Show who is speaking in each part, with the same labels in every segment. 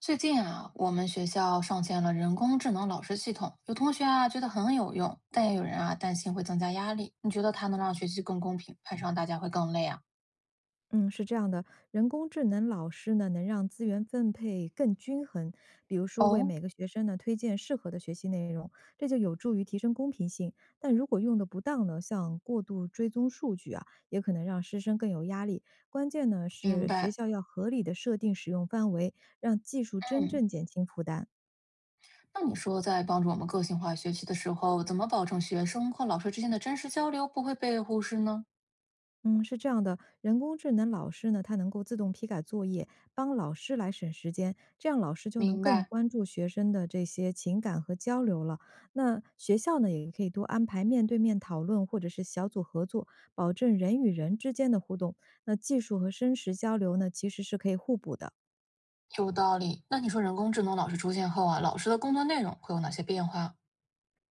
Speaker 1: 最近啊，我们学校上线了人工智能老师系统，有同学啊觉得很有用，但也有人啊担心会增加压力。你觉得它能让学习更公平，还是让大家会更累啊？
Speaker 2: 嗯，是这样的，人工智能老师呢，能让资源分配更均衡，比如说为
Speaker 1: 哦，
Speaker 2: 每个学生呢推荐适合的学习内容，这就有助于提升公平性。但如果用的不当呢，像过度追踪数据啊，也可能让师生更有压力。关键呢
Speaker 1: 明
Speaker 2: 是学
Speaker 1: 白。
Speaker 2: 校要合理的设定使用范围，让技术真
Speaker 1: 嗯，
Speaker 2: 正减轻负担。
Speaker 1: 那你说在帮助我们个性化学习的时候，怎么保证学生和老师之间的真实交流不会被忽视呢？
Speaker 2: 嗯，是这样的，人工智能老师呢，他能够自动批改作业，帮老师来省时间，这样老师就能
Speaker 1: 明
Speaker 2: 更
Speaker 1: 白，
Speaker 2: 关注学生的这些情感和交流了。那学校呢，也可以多安排面对面讨论或者是小组合作，保证人与人之间的互动。那技术和真实交流呢，其实是可以互补的。
Speaker 1: 有道理。那你说人工智能老师出现后啊，老师的工作内容会有哪些变化？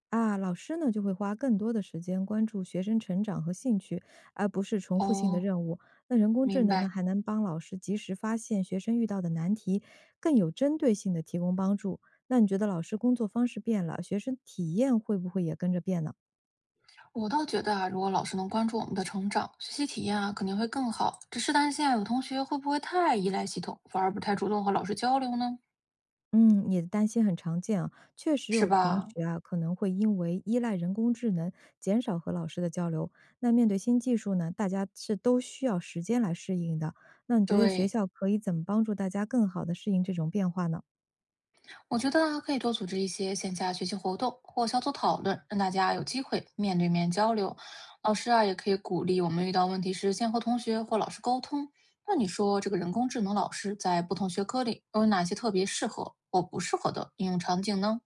Speaker 2: 啊，老师呢就会花更多的时间关注学生成长和兴趣，而不是重复性的
Speaker 1: 哦，
Speaker 2: 任务。那人工智
Speaker 1: 明
Speaker 2: 能呢，
Speaker 1: 白。
Speaker 2: 还能帮老师及时发现学生遇到的难题，更有针对性的提供帮助。那你觉得老师工作方式变了，学生体验会不会也跟着变呢？
Speaker 1: 我倒觉得啊，如果老师能关注我们的成长、学习体验啊，肯定会更好。只是担心啊，有同学会不会太依赖系统，反而不太主动和老师交流呢？
Speaker 2: 嗯，你的担心很常见啊，确实
Speaker 1: 是
Speaker 2: 有同
Speaker 1: 吧？
Speaker 2: 学啊可能会因为依赖人工智能，减少和老师的交流。那面对新技术呢，大家是都需要时间来适应的。那你觉得学
Speaker 1: 对，
Speaker 2: 校可以怎么帮助大家更好的适应这种变化呢？
Speaker 1: 我觉得啊，可以多组织一些线下学习活动或小组讨论，让大家有机会面对面交流。老师啊，也可以鼓励我们遇到问题时先和同学或老师沟通。那你说这个人工智能老师在不同学科里有哪些特别适合或不适合的应用场景呢？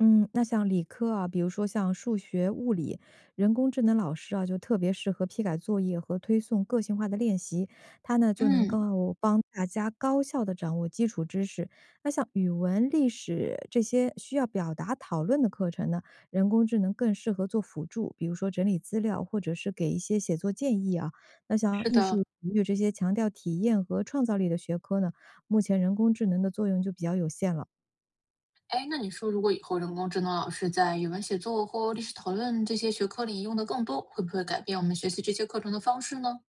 Speaker 2: 嗯，那像理科啊，比如说像数学、物理，人工智能老师啊，就特别适合批改作业和推送个性化的练习，它呢就能
Speaker 1: 嗯，
Speaker 2: 够帮大家高效的掌握基础知识。那像语文、历史这些需要表达讨论的课程呢，人工智能更适合做辅助，比如说整理资料或者是给一些写作建议啊。那像
Speaker 1: 是
Speaker 2: 艺术、
Speaker 1: 的，
Speaker 2: 体育这些强调体验和创造力的学科呢，目前人工智能的作用就比较有限了。
Speaker 1: 哎，那你说如果以后人工智能老师在语文写作或历史讨论这些学科里用的更多，会不会改变我们学习这些课程的方式呢？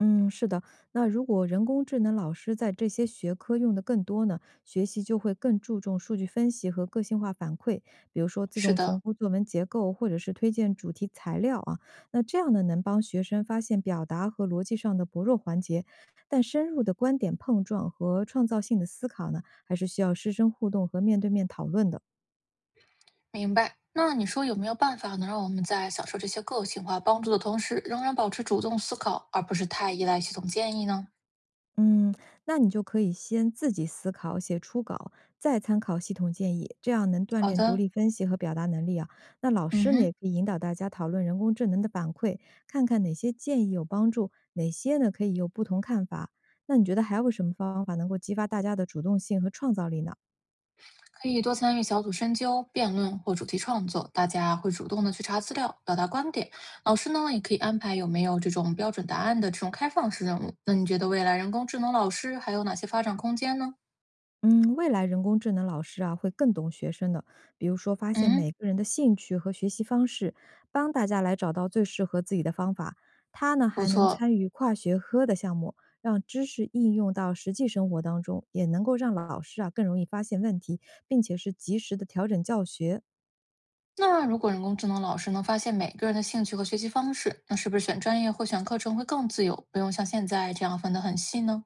Speaker 2: 嗯，是的。那如果人工智能老师在这些学科用的更多呢，学习就会更注重数据分析和个性化反馈，比如说自
Speaker 1: 是
Speaker 2: 动评
Speaker 1: 的，
Speaker 2: 估作文结构，或者是推荐主题材料啊。那这样呢，能帮学生发现表达和逻辑上的薄弱环节，但深入的观点碰撞和创造性的思考呢，还是需要师生互动和面对面讨论的。
Speaker 1: 明白。那你说有没有办法能让我们在享受这些个性化帮助的同时，仍然保持主动思考，而不是太依赖系统建议呢？
Speaker 2: 嗯，那你就可以先自己思考、写初稿，再参考系统建议，这样能锻
Speaker 1: 好
Speaker 2: 炼独
Speaker 1: 的，
Speaker 2: 立分析和表达能力啊。那老
Speaker 1: 嗯
Speaker 2: 师呢，也
Speaker 1: 哼。
Speaker 2: 可以引导大家讨论人工智能的反馈，看看哪些建议有帮助，哪些呢可以有不同看法。那你觉得还有什么方法能够激发大家的主动性和创造力呢？
Speaker 1: 可以多参与小组深究、辩论或主题创作，大家会主动的去查资料、表达观点。老师呢，也可以安排有没有这种标准答案的这种开放式任务。那你觉得未来人工智能老师还有哪些发展空间呢？
Speaker 2: 嗯，未来人工智能老师啊会更懂学生的，比如说发现
Speaker 1: 嗯，
Speaker 2: 每个人的兴趣和学习方式，帮大家来找到最适合自己的方法。他呢
Speaker 1: 不
Speaker 2: 还能
Speaker 1: 错。
Speaker 2: 参与跨学科的项目，让知识应用到实际生活当中，也能够让老师啊更容易发现问题，并且是及时的调整教学。
Speaker 1: 那如果人工智能老师能发现每个人的兴趣和学习方式，那是不是选专业或选课程会更自由，不用像现在这样分得很细呢？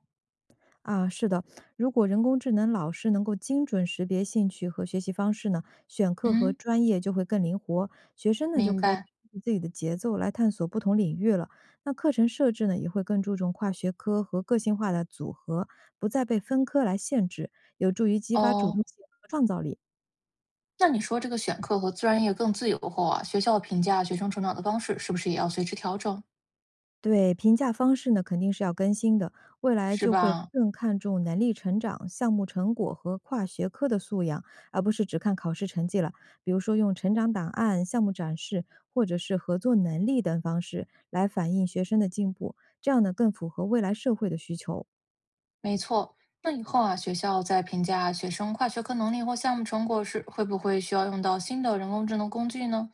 Speaker 2: 啊，是的，如果人工智能老师能够精准识别兴趣和学习方式呢，选课和
Speaker 1: 嗯，
Speaker 2: 专业就会更灵活，学生呢就
Speaker 1: 明
Speaker 2: 可以
Speaker 1: 白。
Speaker 2: 根据自己的节奏来探索不同领域了。那课程设置呢也会更注重跨学科和个性化的组合，不再被分科来限制，有助于激发主动
Speaker 1: 哦，
Speaker 2: 性和创造力。
Speaker 1: 那你说这个选课和专业更自由后啊，学校评价学生成长的方式是不是也要随之调整？
Speaker 2: 对，评价方式呢肯定是要更新的，未来
Speaker 1: 是
Speaker 2: 就会
Speaker 1: 吧？
Speaker 2: 更看重能力成长、项目成果和跨学科的素养，而不是只看考试成绩了。比如说用成长档案、项目展示，或者是合作能力等方式来反映学生的进步，这样呢更符合未来社会的需求。
Speaker 1: 没错。那以后啊，学校在评价学生跨学科能力或项目成果时，会不会需要用到新的人工智能工具呢？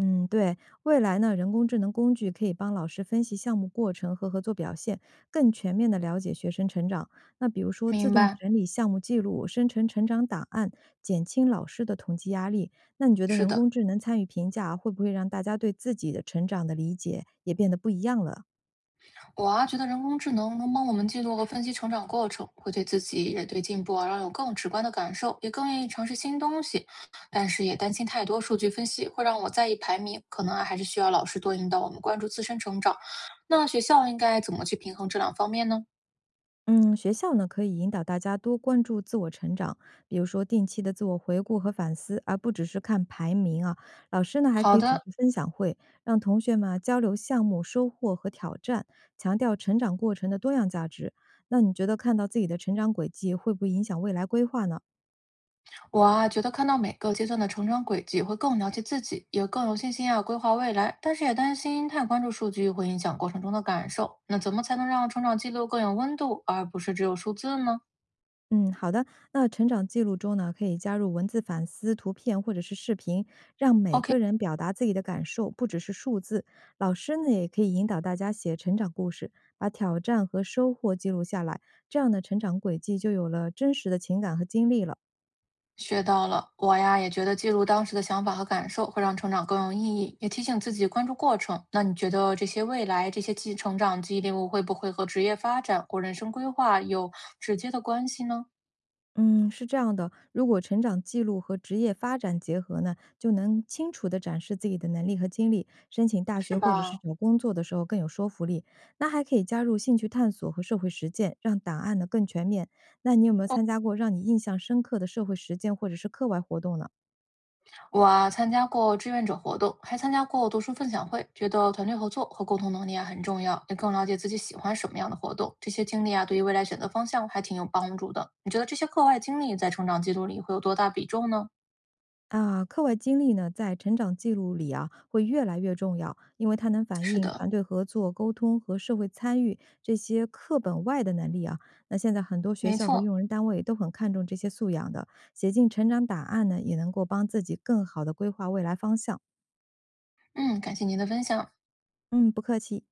Speaker 2: 嗯，对，未来呢，人工智能工具可以帮老师分析项目过程和合作表现，更全面的了解学生成长。那比如说，自
Speaker 1: 明
Speaker 2: 动
Speaker 1: 白。
Speaker 2: 整理项目记录，生成成长档案，减轻老师的统计压力。那你觉得
Speaker 1: 是
Speaker 2: 人
Speaker 1: 的，
Speaker 2: 工智能参与评价，会不会让大家对自己的成长的理解也变得不一样了？
Speaker 1: 我啊觉得人工智能能帮我们记录和分析成长过程，会对自己也对进步啊，让有更直观的感受，也更愿意尝试新东西。但是也担心太多数据分析会让我在意排名，可能啊还是需要老师多引导我们关注自身成长。那学校应该怎么去平衡这两方面呢？
Speaker 2: 嗯，学校呢可以引导大家多关注自我成长，比如说定期的自我回顾和反思，而不只是看排名啊。老师呢还可
Speaker 1: 好
Speaker 2: 以组织
Speaker 1: 的，
Speaker 2: 分享会，让同学们啊交流项目收获和挑战，强调成长过程的多样价值。那你觉得看到自己的成长轨迹，会不会影响未来规划呢？
Speaker 1: 我啊，觉得看到每个阶段的成长轨迹，会更了解自己，也更有信心啊规划未来。但是也担心太关注数据会影响过程中的感受。那怎么才能让成长记录更有温度，而不是只有数字呢
Speaker 2: 嗯，好的。那成长记录中呢，可以加入文字反思、图片或者是视频，让每
Speaker 1: ？OK，
Speaker 2: 个人表达自己的感受，不只是数字。老师呢，也可以引导大家写成长故事，把挑战和收获记录下来，这样的成长轨迹就有了真实的情感和经历了。
Speaker 1: 学到了。我呀也觉得记录当时的想法和感受会让成长更有意义，也提醒自己关注过程。那你觉得这些未来这些记成长记录会不会和职业发展或人生规划有直接的关系呢？
Speaker 2: 嗯，是这样的，如果成长记录和职业发展结合呢，就能清楚地展示自己的能力和经历，申请大学
Speaker 1: 是
Speaker 2: 或者是
Speaker 1: 吧？
Speaker 2: 找工作的时候更有说服力。那还可以加入兴趣探索和社会实践，让档案呢更全面。那你有没有参加过让你印象深刻的社会实践或者是课外活动呢？
Speaker 1: 我啊，参加过志愿者活动，还参加过读书分享会，觉得团队合作和沟通能力啊很重要，也更了解自己喜欢什么样的活动。这些经历啊，对于未来选择方向还挺有帮助的。你觉得这些课外经历在成长记录里会有多大比重呢？
Speaker 2: 啊，课外经历呢，在成长记录里啊，会越来越重要，因为它能反
Speaker 1: 是
Speaker 2: 映
Speaker 1: 的，
Speaker 2: 团队合作、沟通和社会参与这些课本外的能力啊。那现在很多学
Speaker 1: 没
Speaker 2: 校和
Speaker 1: 错。
Speaker 2: 用人单位都很看重这些素养的，写进成长档案呢，也能够帮自己更好的规划未来方向。
Speaker 1: 嗯，感谢您的分享。
Speaker 2: 嗯，不客气。